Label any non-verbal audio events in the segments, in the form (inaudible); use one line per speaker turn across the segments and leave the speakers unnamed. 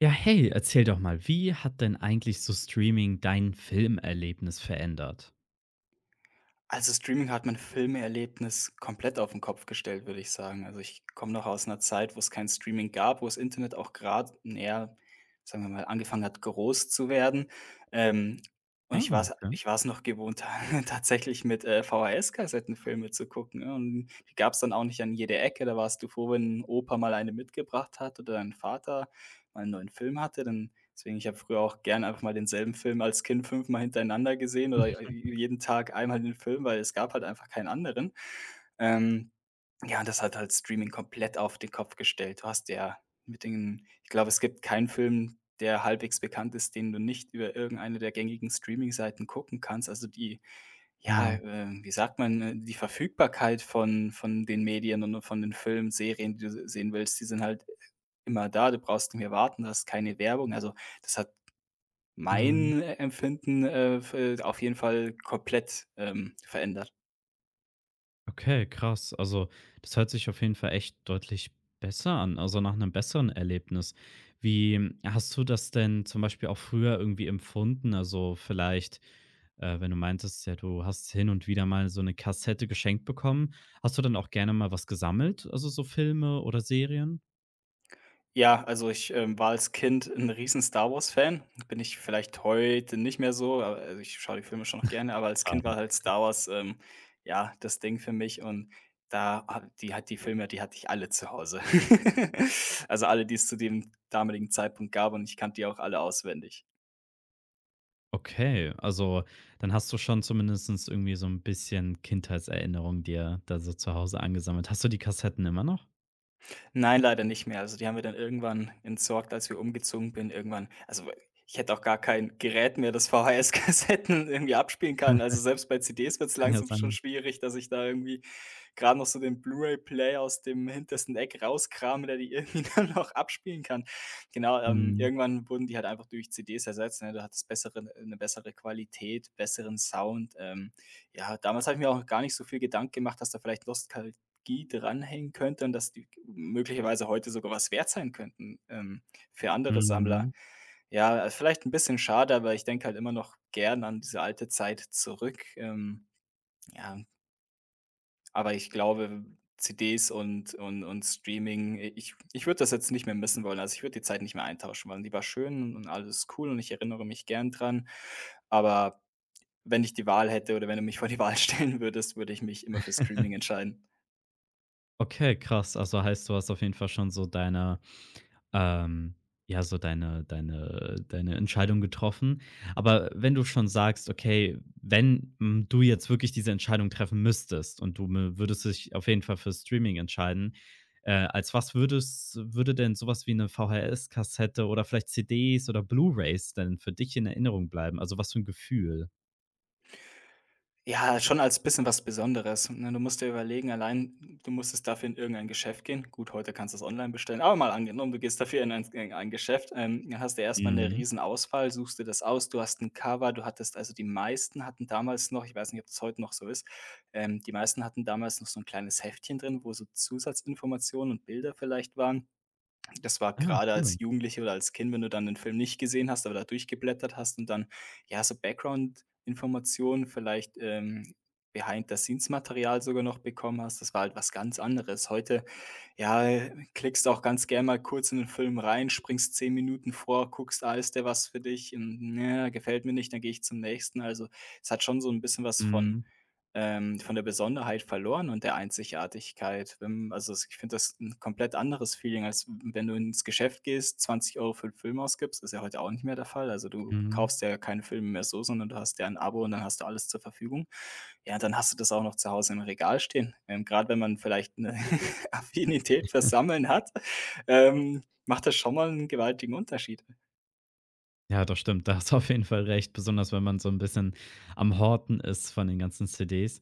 Ja, hey, erzähl doch mal, wie hat denn eigentlich so Streaming dein Filmerlebnis verändert?
Also, Streaming hat mein Filmeerlebnis komplett auf den Kopf gestellt, würde ich sagen. Also, ich komme noch aus einer Zeit, wo es kein Streaming gab, wo das Internet auch gerade na ja, sagen wir mal, angefangen hat, groß zu werden. Ähm, und
Ah,
ich war es,
okay.
ich war's noch gewohnt, (laughs) tatsächlich mit, VHS-Kassetten Filme zu gucken, ne? Und die gab es dann auch nicht an jeder Ecke. Da warst du froh, wenn Opa mal eine mitgebracht hat oder dein Vater mal einen neuen Film hatte, ich habe früher auch gern einfach mal denselben Film als Kind fünfmal hintereinander gesehen oder
(laughs)
j jeden Tag einmal den Film, weil es gab halt einfach keinen anderen. Ähm, ja, und das hat halt Streaming komplett auf den Kopf gestellt. Du hast ja mit den Ich glaube, es gibt keinen Film, der halbwegs bekannt ist, den du nicht über irgendeine der gängigen Streaming-Seiten gucken kannst.
Genau.
Wie sagt man, die Verfügbarkeit von den Medien und von den Filmen, Serien, die du se sehen willst, die sind halt immer da. Du brauchst nicht mehr warten, du hast keine Werbung. Also, das hat
Mhm.
mein Empfinden, f auf jeden Fall komplett, verändert.
Okay, krass. Also, das hört sich auf jeden Fall echt deutlich besser an, also nach einem besseren Erlebnis. Wie hast du das denn zum Beispiel auch früher irgendwie empfunden? Also, vielleicht, wenn du meintest, ja, du hast hin und wieder mal so eine Kassette geschenkt bekommen. Hast du dann auch gerne mal was gesammelt, also so Filme oder Serien?
Ja, also ich war als Kind ein riesen Star-Wars-Fan. Bin ich vielleicht heute nicht mehr so, aber also ich schaue die Filme schon noch gerne, aber als Kind
Schade.
war halt Star Wars, ja, das Ding für mich und da ha die hat die Filme, die hatte ich alle zu Hause. (laughs) Also alle, die es zu dem damaligen Zeitpunkt gab und ich kannte die auch alle auswendig.
Okay, also dann hast du schon zumindest irgendwie so ein bisschen Kindheitserinnerung dir da so zu Hause angesammelt. Hast du die Kassetten immer noch?
Nein, leider nicht mehr. Also, die haben wir dann irgendwann entsorgt, als wir umgezogen bin, irgendwann. Also, ich hätte auch gar kein Gerät mehr, das (laughs) VHS-Kassetten irgendwie abspielen kann. Also, selbst bei CDs es
Kann ja
langsam schon
sein.
schwierig, dass ich da irgendwie gerade noch so den Blu-ray-Player aus dem hintersten Eck rauskramen, der die irgendwie (laughs) dann noch abspielen kann. Genau,
Mhm,
irgendwann wurden die halt einfach durch CDs ersetzt, ne? Du hattest bessere eine bessere Qualität, besseren Sound. Ja, damals habe ich mir auch gar nicht so viel Gedanken gemacht, dass da vielleicht Nostalgie dranhängen könnte und dass die möglicherweise heute sogar was wert sein könnten, für andere Sammler.
mhm.
Ja, vielleicht ein bisschen schade, aber ich denke halt immer noch gern an diese alte Zeit zurück. Ja. Aber ich glaube, CDs und Streaming, i ich ich würde das jetzt nicht mehr missen wollen. Also, ich würde die Zeit nicht mehr eintauschen wollen. Die war schön und alles cool und ich erinnere mich gern dran. Aber wenn ich die Wahl hätte oder wenn du mich vor die Wahl (laughs) stellen würdest, würde ich mich immer für Streaming entscheiden.
Okay, krass. Also heißt, du hast auf jeden Fall schon so deine ähm, ja, so deine Entscheidung getroffen. Aber wenn du schon sagst: „Okay, wenn, du jetzt wirklich diese Entscheidung treffen müsstest und du mü würdest dich auf jeden Fall für Streaming entscheiden“, als was würde denn so was wie 'ne VHS-Kassette oder vielleicht CDs oder Blu-rays denn für dich in Erinnerung bleiben? Also, was für ein Gefühl?
Ja, schon als bisschen was Besonderes, ne? Du musst dir überlegen, allein du musstest dafür in irgendein Geschäft gehen. Gut, heute kannst du es online bestellen, aber mal angenommen, du gehst dafür in ein Geschäft, dann hast du erstmal eine
Mhm.
riesen Auswahl suchst dir das aus. Du hast ein Cover, du hattest also die meisten hatten damals noch ich weiß nicht, ob das heute noch so ist, die meisten hatten damals noch so ein kleines Heftchen drin, wo so Zusatzinformationen und Bilder vielleicht waren. Das war
Ah,
gerade als
cool.
Jugendliche oder als Kind, wenn du dann den Film nicht gesehen hast, aber da durchgeblättert hast und dann, ja, so Background-Informationen, vielleicht, Behind-the-Scenes-Material sogar noch bekommen hast. Das war halt was ganz anderes. Heute, ja, klickst auch ganz gerne mal kurz in den Film rein, springst 10 Minuten vor, guckst, ah, ist der was für dich? Hm, ne, gefällt mir nicht, dann gehe ich zum nächsten. Also, es hat schon so ein bisschen was
Mhm,
von der Besonderheit verloren und der Einzigartigkeit. Wenn also, es Ich finde das ein komplett anderes Feeling, als wenn du ins Geschäft gehst, 20 Euro für 'n Film ausgibst, ist ja heute auch nicht mehr der Fall. Also, du
mhm.
kaufst ja keine Filme mehr so, sondern du hast ja ein Abo und dann hast du alles zur Verfügung. Ja, dann hast du das auch noch zu Hause im Regal stehen. Grad wenn man vielleicht eine (laughs) Affinität fürs Sammeln hat, macht das schon mal einen gewaltigen Unterschied.
Ja, das stimmt. Da hast du auf jeden Fall recht, besonders wenn man so ein bisschen am Horten ist von den ganzen CDs.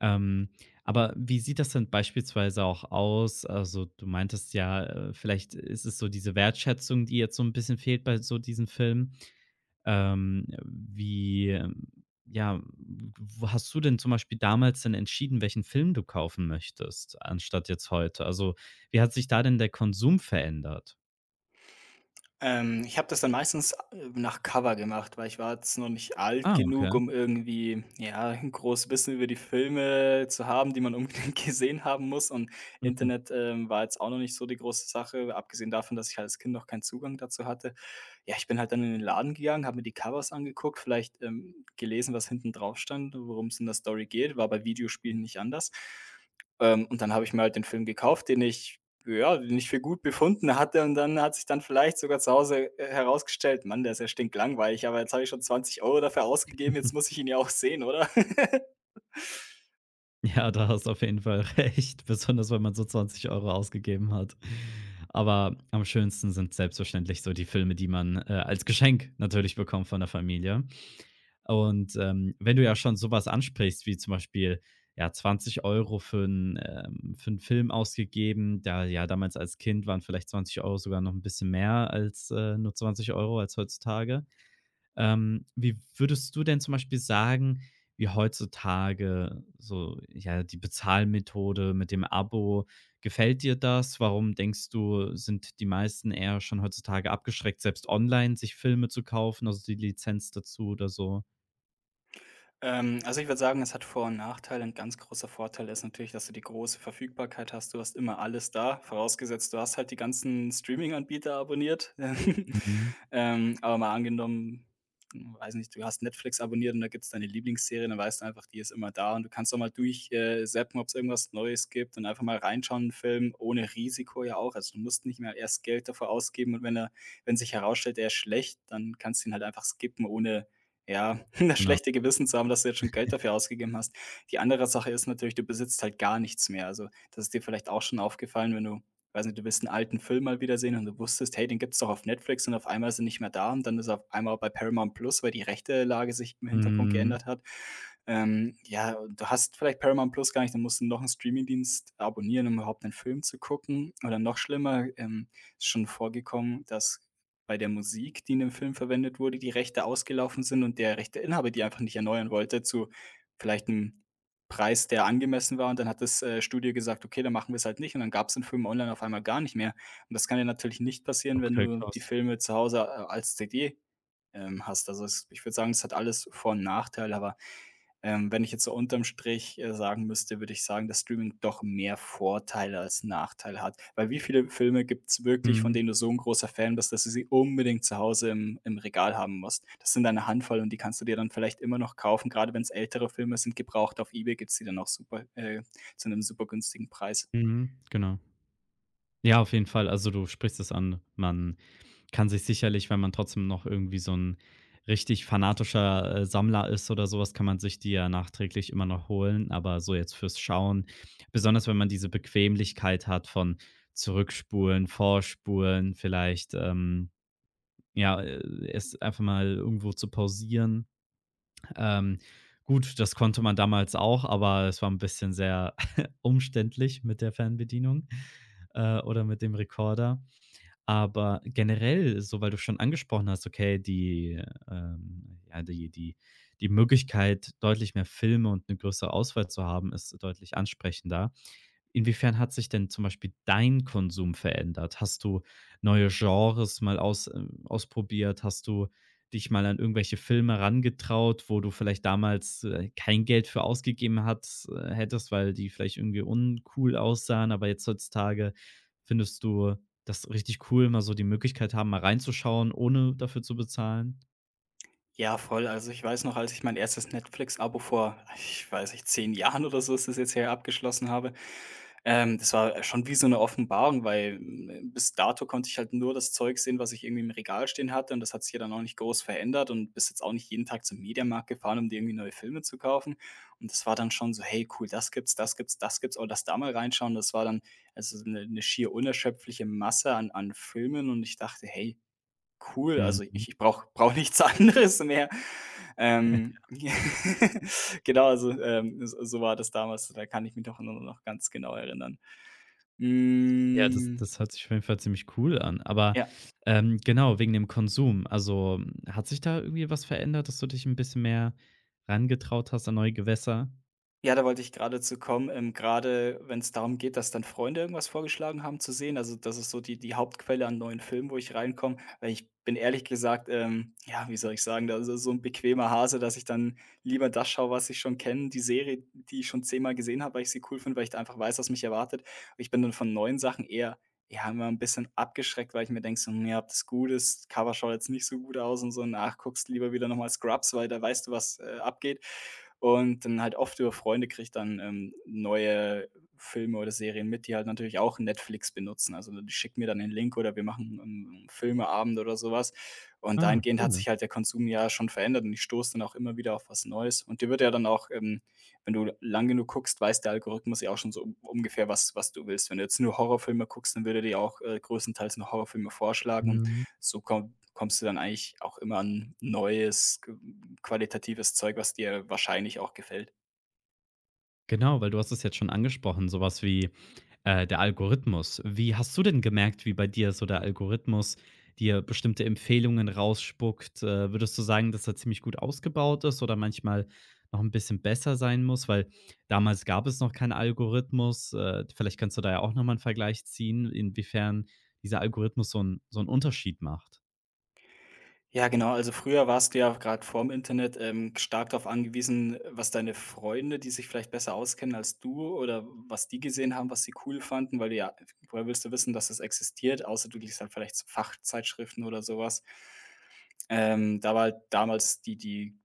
Ähm, aber wie sieht das denn beispielsweise auch aus? Also, du meintest ja, vielleicht ist es so diese Wertschätzung, die jetzt so ein bisschen fehlt bei so diesen Filmen. Ähm, wie, ähm ja, w hast du denn zum Beispiel damals denn entschieden, welchen Film du kaufen möchtest, anstatt jetzt heute? Also, wie hat sich da denn der Konsum verändert?
Ich habe das dann meistens, nach Cover gemacht, weil ich war jetzt noch nicht alt
Ah, okay.
genug, um irgendwie, ja, ein großes Wissen über die Filme zu haben, die man unbedingt (laughs) gesehen haben muss
(laughs)
Internet, war jetzt auch noch nicht so die große Sache, abgesehen davon, dass ich halt als Kind noch keinen Zugang dazu hatte. Ja, ich bin halt dann in den Laden gegangen, habe mir die Covers angeguckt, vielleicht, gelesen, was hinten drauf stand, worum es in der Story geht, war bei Videospielen nicht anders. Und dann habe ich mir halt den Film gekauft, den ich ja, nicht für gut befunden hatte und dann hat sich dann vielleicht sogar zu Hause, herausgestellt: „Mann, der ist ja stinklangweilig, aber jetzt habe ich schon 20 € dafür ausgegeben, jetzt muss ich ihn ja auch sehen, oder?“ (laughs)
Ja, da hast du auf jeden Fall (laughs) recht, besonders wenn man so 20 € ausgegeben hat. Aber am schönsten sind selbstverständlich so die Filme, die man, als Geschenk natürlich bekommt von der Familie. Und, wenn du ja schon so was ansprichst, wie zum Beispiel, ja, 20 € für 'n, für einen Film ausgegeben, da ja, damals als Kind waren vielleicht 20 € sogar noch ein bisschen mehr als, nur 20 € als heutzutage. Wie würdest du denn zum Beispiel sagen, wie heutzutage so, ja, die Bezahlmethode mit dem Abo, gefällt dir das? Warum denkst du, sind die meisten eher schon heutzutage abgeschreckt, selbst online sich Filme zu kaufen, also die Lizenz dazu oder so?
Also, ich würde sagen, es hat Vor und Nachteile. Ein ganz großer Vorteil ist natürlich, dass du die große Verfügbarkeit hast. Du hast immer alles da, vorausgesetzt, du hast halt die ganzen Streaming-Anbieter abonniert. (laughs)
Mhm.
Aber mal angenommen, hm, weiß nicht, du hast Netflix abonniert und da gibt es deine Lieblingsserie, dann weißt du einfach, die ist immer da und du kannst auch mal durch zappen, ob's irgendwas Neues gibt und einfach mal reinschauen, einen Film, ohne Risiko ja auch. Also, du musst nicht mehr erst Geld dafür ausgeben und wenn sich herausstellt, er ist schlecht, dann kannst du ihn halt einfach skippen, ohne ja, (laughs) das
Genau.
schlechte Gewissen zu haben, dass du jetzt schon Geld dafür ausgegeben hast. Die andere Sache ist natürlich, du besitzt halt gar nichts mehr. Also, das ist dir vielleicht auch schon aufgefallen, wenn du weiß nicht, du willst einen alten Film mal wiedersehen und du wusstest: „Hey, den gibt's doch auf Netflix“ und auf einmal ist er nicht mehr da und dann ist er auf einmal bei Paramount Plus, weil die Rechtelage sich im Hintergrund
Mhm.
geändert hat. Ja, du hast vielleicht Paramount Plus gar nicht, dann musst du noch einen Streamingdienst abonnieren, um überhaupt einen Film zu gucken. Oder noch schlimmer, ist schon vorgekommen, dass bei der Musik, die in dem Film verwendet wurde, die Rechte ausgelaufen sind und der Rechteinhaber die einfach nicht erneuern wollte zu vielleicht einem Preis, der angemessen war. Und dann hat das, Studio gesagt: „Okay, dann machen wir es halt nicht.“ Und dann gab es den Film online auf einmal gar nicht mehr. Und das kann dir natürlich nicht passieren, wenn
Okay,
du die
krass.
Filme zu Hause, als CD, hast. Also, es Ich würde sagen, es hat alles Vor und Nachteile, aber wenn ich jetzt so unterm Strich, sagen müsste, würde ich sagen, dass Streaming doch mehr Vorteile als Nachteile hat. Weil wie viele Filme gibt's wirklich, von
Mhm.
denen du so ein großer Fan bist, dass du sie unbedingt zu Hause im Regal haben musst? Das sind eine Handvoll und die kannst du dir dann vielleicht immer noch kaufen, gerade wenn es ältere Filme sind, gebraucht auf eBay gibt's die dann auch super zu einem super günstigen Preis.
Mhm. Genau. Ja, auf jeden Fall. Also, du sprichst es an. Man kann sich sicherlich, wenn man trotzdem noch irgendwie so ein richtig fanatischer, Sammler ist oder sowas, kann man sich die ja nachträglich immer noch holen, aber so jetzt fürs Schauen, besonders wenn man diese Bequemlichkeit hat von Zurückspulen, Vorspulen, vielleicht, ja, äh, es einfach mal irgendwo zu pausieren. Ähm, gut, das konnte man damals auch, aber es war ein bisschen sehr (laughs) umständlich mit der Fernbedienung, oder mit dem Rekorder. Aber generell, so weil du schon angesprochen hast, okay, die, ähm, ja, die die die Möglichkeit, deutlich mehr Filme und eine größere Auswahl zu haben, ist deutlich ansprechender. Inwiefern hat sich denn zum Beispiel dein Konsum verändert? Hast du neue Genres mal ausprobiert? Hast du dich mal an irgendwelche Filme rangetraut, wo du vielleicht damals, kein Geld für ausgegeben hat hättest, weil die vielleicht irgendwie uncool aussahen, aber jetzt heutzutage findest du das richtig cool, mal so die Möglichkeit haben, mal reinzuschauen, ohne dafür zu bezahlen?
Ja, voll. Also, ich weiß noch, als ich mein erstes Netflix-Abo vor, ich weiß nicht, 10 Jahren oder so ist das jetzt her, abgeschlossen habe, das war schon wie so eine Offenbarung, weil, hm, bis dato konnte ich halt nur das Zeug sehen, was ich irgendwie im Regal stehen hatte und das hat sich ja dann auch nicht groß verändert und bist jetzt auch nicht jeden Tag zum Mediamarkt gefahren, um dir irgendwie neue Filme zu kaufen. Und das war dann schon so: „Hey, cool, das gibt's. Oh, lass da mal reinschauen.“ Das war dann also so eine 'ne schier unerschöpfliche Masse an Filmen und ich dachte: „Hey, cool. Also,
Mhm.
ich brauche nichts (laughs) anderes mehr. Ähm, (laughs) genau, also, so war das damals. Da kann ich mich doch nur noch ganz genau erinnern.
Ja, das
Hm,
das hört sich auf jeden Fall ziemlich cool an. Aber,
ja.
genau, wegen dem Konsum. Also, hat sich da irgendwie was verändert, dass du dich ein bisschen mehr rangetraut hast an neue Gewässer?
Ja, da wollte ich gerade zu kommen, gerade wenn es darum geht, dass dann Freunde irgendwas vorgeschlagen haben zu sehen. Also, das ist so die Hauptquelle an neuen Filmen, wo ich reinkomme, weil ich bin ehrlich gesagt, ja, wie soll ich sagen, da ist so ein bequemer Hase, dass ich dann lieber das schaue, was ich schon kenne, die Serie, die ich schon zehnmal gesehen habe, weil ich sie cool finde, weil ich da einfach weiß, was mich erwartet. Ich bin dann von neuen Sachen eher, ja, immer ein bisschen abgeschreckt, weil ich mir denke so: hm, „Ja, ob das gut ist, Cover schaut jetzt nicht so gut aus“ und so. „Ach, guckst lieber wieder nochmal Scrubs, weil da weißt du, was, abgeht.“ Und dann halt oft über Freunde kriege ich dann, neue Filme oder Serien mit, die halt natürlich auch Netflix benutzen. Also, die schicken mir dann den Link oder wir machen 'n Filmeabend oder sowas. Und
Ah,
dahingehend hat
cool.
sich halt der Konsum ja schon verändert und ich stoße dann auch immer wieder auf was Neues. Und dir wird ja dann auch, wenn du lang genug guckst, weiß der Algorithmus ja auch schon so un ungefähr, was du willst. Wenn du jetzt nur Horrorfilme guckst, dann würde er dir auch, größtenteils nur Horrorfilme vorschlagen und
Mhm.
so kommst du dann eigentlich auch immer an neues, qualitatives Zeug, was dir wahrscheinlich auch gefällt.
Genau, weil du hast es jetzt schon angesprochen, sowas wie, der Algorithmus. Wie hast du denn gemerkt, wie bei dir so der Algorithmus dir bestimmte Empfehlungen rausspuckt? Würdest du sagen, dass er ziemlich gut ausgebaut ist oder manchmal noch ein bisschen besser sein muss? Weil damals gab es noch keinen Algorithmus. Vielleicht kannst du da ja auch nochmal einen Vergleich ziehen, inwiefern dieser Algorithmus so 'n Unterschied macht.
Ja, genau. Also, früher warst du ja gerade vorm Internet, stark darauf angewiesen, was deine Freunde, die sich vielleicht besser auskennen als du oder was die gesehen haben, was sie cool fanden, weil du ja, woher willst du wissen, dass das existiert, außer du liest halt vielleicht so Fachzeitschriften oder sowas. Da war halt damals die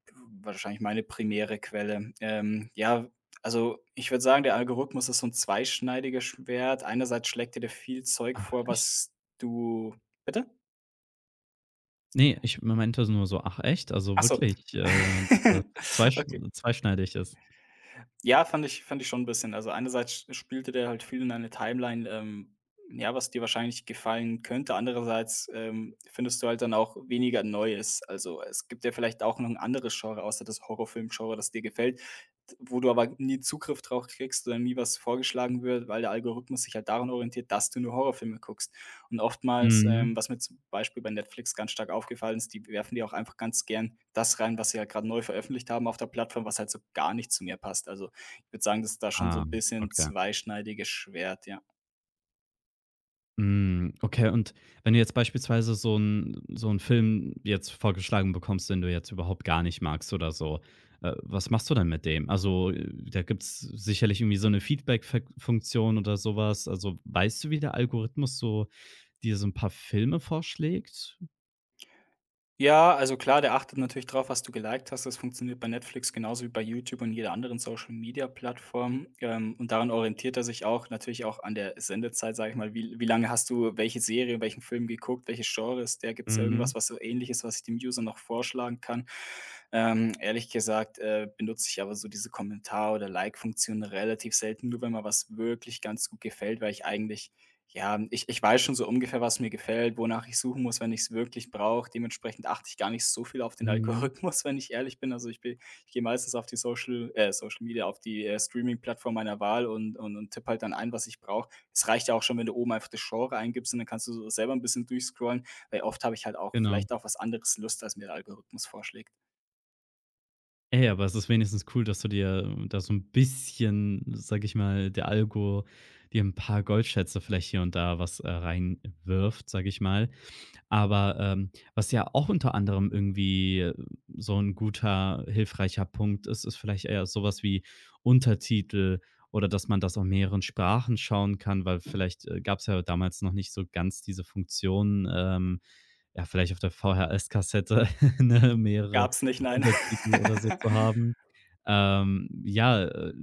wahrscheinlich meine primäre Quelle. Ja, also, ich würde sagen, der Algorithmus ist so ein zweischneidiges Schwert. Einerseits schlägt er dir viel Zeug
Ach,
vor,
echt?
was du, bitte?
Ne, ich meinte nur so: „Ach echt?“ Also
Ach so.
wirklich, dass das
(laughs)
so
Okay.
zweischneidig ist.
Ja, fand ich schon 'n bisschen. Also, einerseits spielte der halt viel in eine Timeline, ja, was dir wahrscheinlich gefallen könnte. Andererseits, findest du halt dann auch weniger Neues. Also, es gibt ja vielleicht auch noch ein anderes Genre außer das Horrorfilm-Genre, das dir gefällt, wo du aber nie Zugriff drauf kriegst oder nie was vorgeschlagen wird, weil der Algorithmus sich halt daran orientiert, dass du nur Horrorfilme guckst. Und oftmals,
Mhm.
was mir zum Beispiel bei Netflix ganz stark aufgefallen ist, die werfen dir auch einfach ganz gern das rein, was sie halt gerade neu veröffentlicht haben auf der Plattform, was halt so gar nicht zu mir passt. Also würde sagen, das ist da schon so
Ah,
ein bisschen
okay.
zweischneidiges Schwert, ja.
Okay, und wenn du jetzt beispielsweise so einen Film jetzt vorgeschlagen bekommst, den du jetzt überhaupt gar nicht magst oder so, was machst du dann mit dem? Also, da gibt's sicherlich irgendwie so eine feedback Funktion oder sowas. Also, weißt du, wie der Algorithmus so dir so 'n paar Filme vorschlägt?
Ja, also klar, der achtet natürlich drauf, was du geliked hast. Das funktioniert bei Netflix genauso wie bei YouTube und jeder anderen Social-Media-Plattform. Und daran orientiert er sich auch natürlich auch an der Sendezeit, sage ich mal. Wie lange hast du welche Serie, welchen Film geguckt, welches Genre ist der? Gibt es
Mhm.
irgendwas, was so ähnlich ist, was ich dem User noch vorschlagen kann? Ehrlich gesagt, benutze ich aber so diese Kommentar oder Like-Funktion relativ selten, nur wenn mir was wirklich ganz gut gefällt, weil ich eigentlich, ja, ich weiß schon so ungefähr, was mir gefällt, wonach ich suchen muss, wenn ich es wirklich brauche. Dementsprechend achte ich gar nicht so viel auf den
Mhm,
Algorithmus, (laughs) wenn ich ehrlich bin. Also, ich bin, ich gehe meistens auf die Social Social Media, auf die, Streaming-Plattform meiner Wahl und und tippe halt dann ein, was ich brauche. Es reicht ja auch schon, wenn du oben einfach das Genre eingibst und dann kannst du so selber ein bisschen durchscrollen, weil oft habe ich halt auch
genau.
vielleicht auf was anderes Lust, als mir der Algorithmus vorschlägt.
Ey, aber es ist wenigstens cool, dass du dir da so ein bisschen, sage ich mal, der Algo dir ein paar Goldschätze vielleicht hier und da was, reinwirft, sage ich mal. Aber, was ja auch unter anderem so ein guter, hilfreicher Punkt ist, ist vielleicht eher sowas wie Untertitel oder dass man das auf mehreren Sprachen schauen kann, weil vielleicht, gab es ja damals noch nicht so ganz diese Funktion, ja, vielleicht auf der VHS-Kassette, (laughs) ne, mehrere
Gab's nicht, nein.
Untertitel oder so zu
(laughs)
haben. Ähm, ja, äh,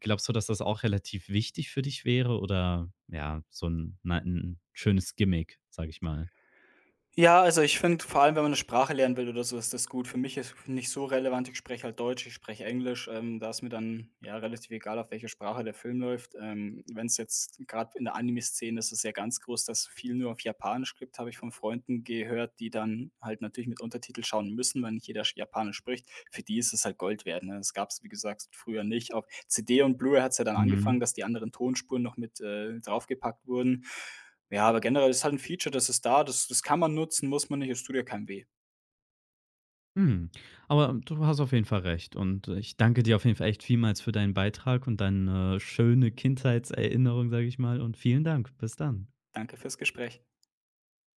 Glaubst du, dass das auch relativ wichtig für dich wäre oder, ja, so ein 'n schönes Gimmick, sage ich mal?
Ja, also, ich finde, vor allem, wenn man 'ne Sprache lernen will oder so, ist das gut. Für mich ist nicht so relevant, ich spreche halt Deutsch, ich spreche Englisch, da ist mir dann, ja, relativ egal, auf welche Sprache der Film läuft. Wenn's jetzt grad in der Anime-Szene ist es ja ganz groß, dass viel nur auf Japanisch gibt, habe ich von Freunden gehört, die dann halt natürlich mit Untertitel schauen müssen, weil nicht jeder sch Japanisch spricht. Für die ist es halt Gold wert, ne? Das gab's, wie gesagt, früher nicht. Auf CD und Blu-ray hat's ja dann
Mhm.
angefangen, dass die anderen Tonspuren noch mit, draufgepackt wurden. Ja, aber generell ist halt ein Feature, das ist da, das kann man nutzen, muss man nicht, es tut ja keinem weh.
Mhm. Aber du hast auf jeden Fall recht und ich danke dir auf jeden Fall echt vielmals für deinen Beitrag und deine schöne Kindheitserinnerung, sage ich mal, und vielen Dank. Bis dann.
Danke fürs Gespräch.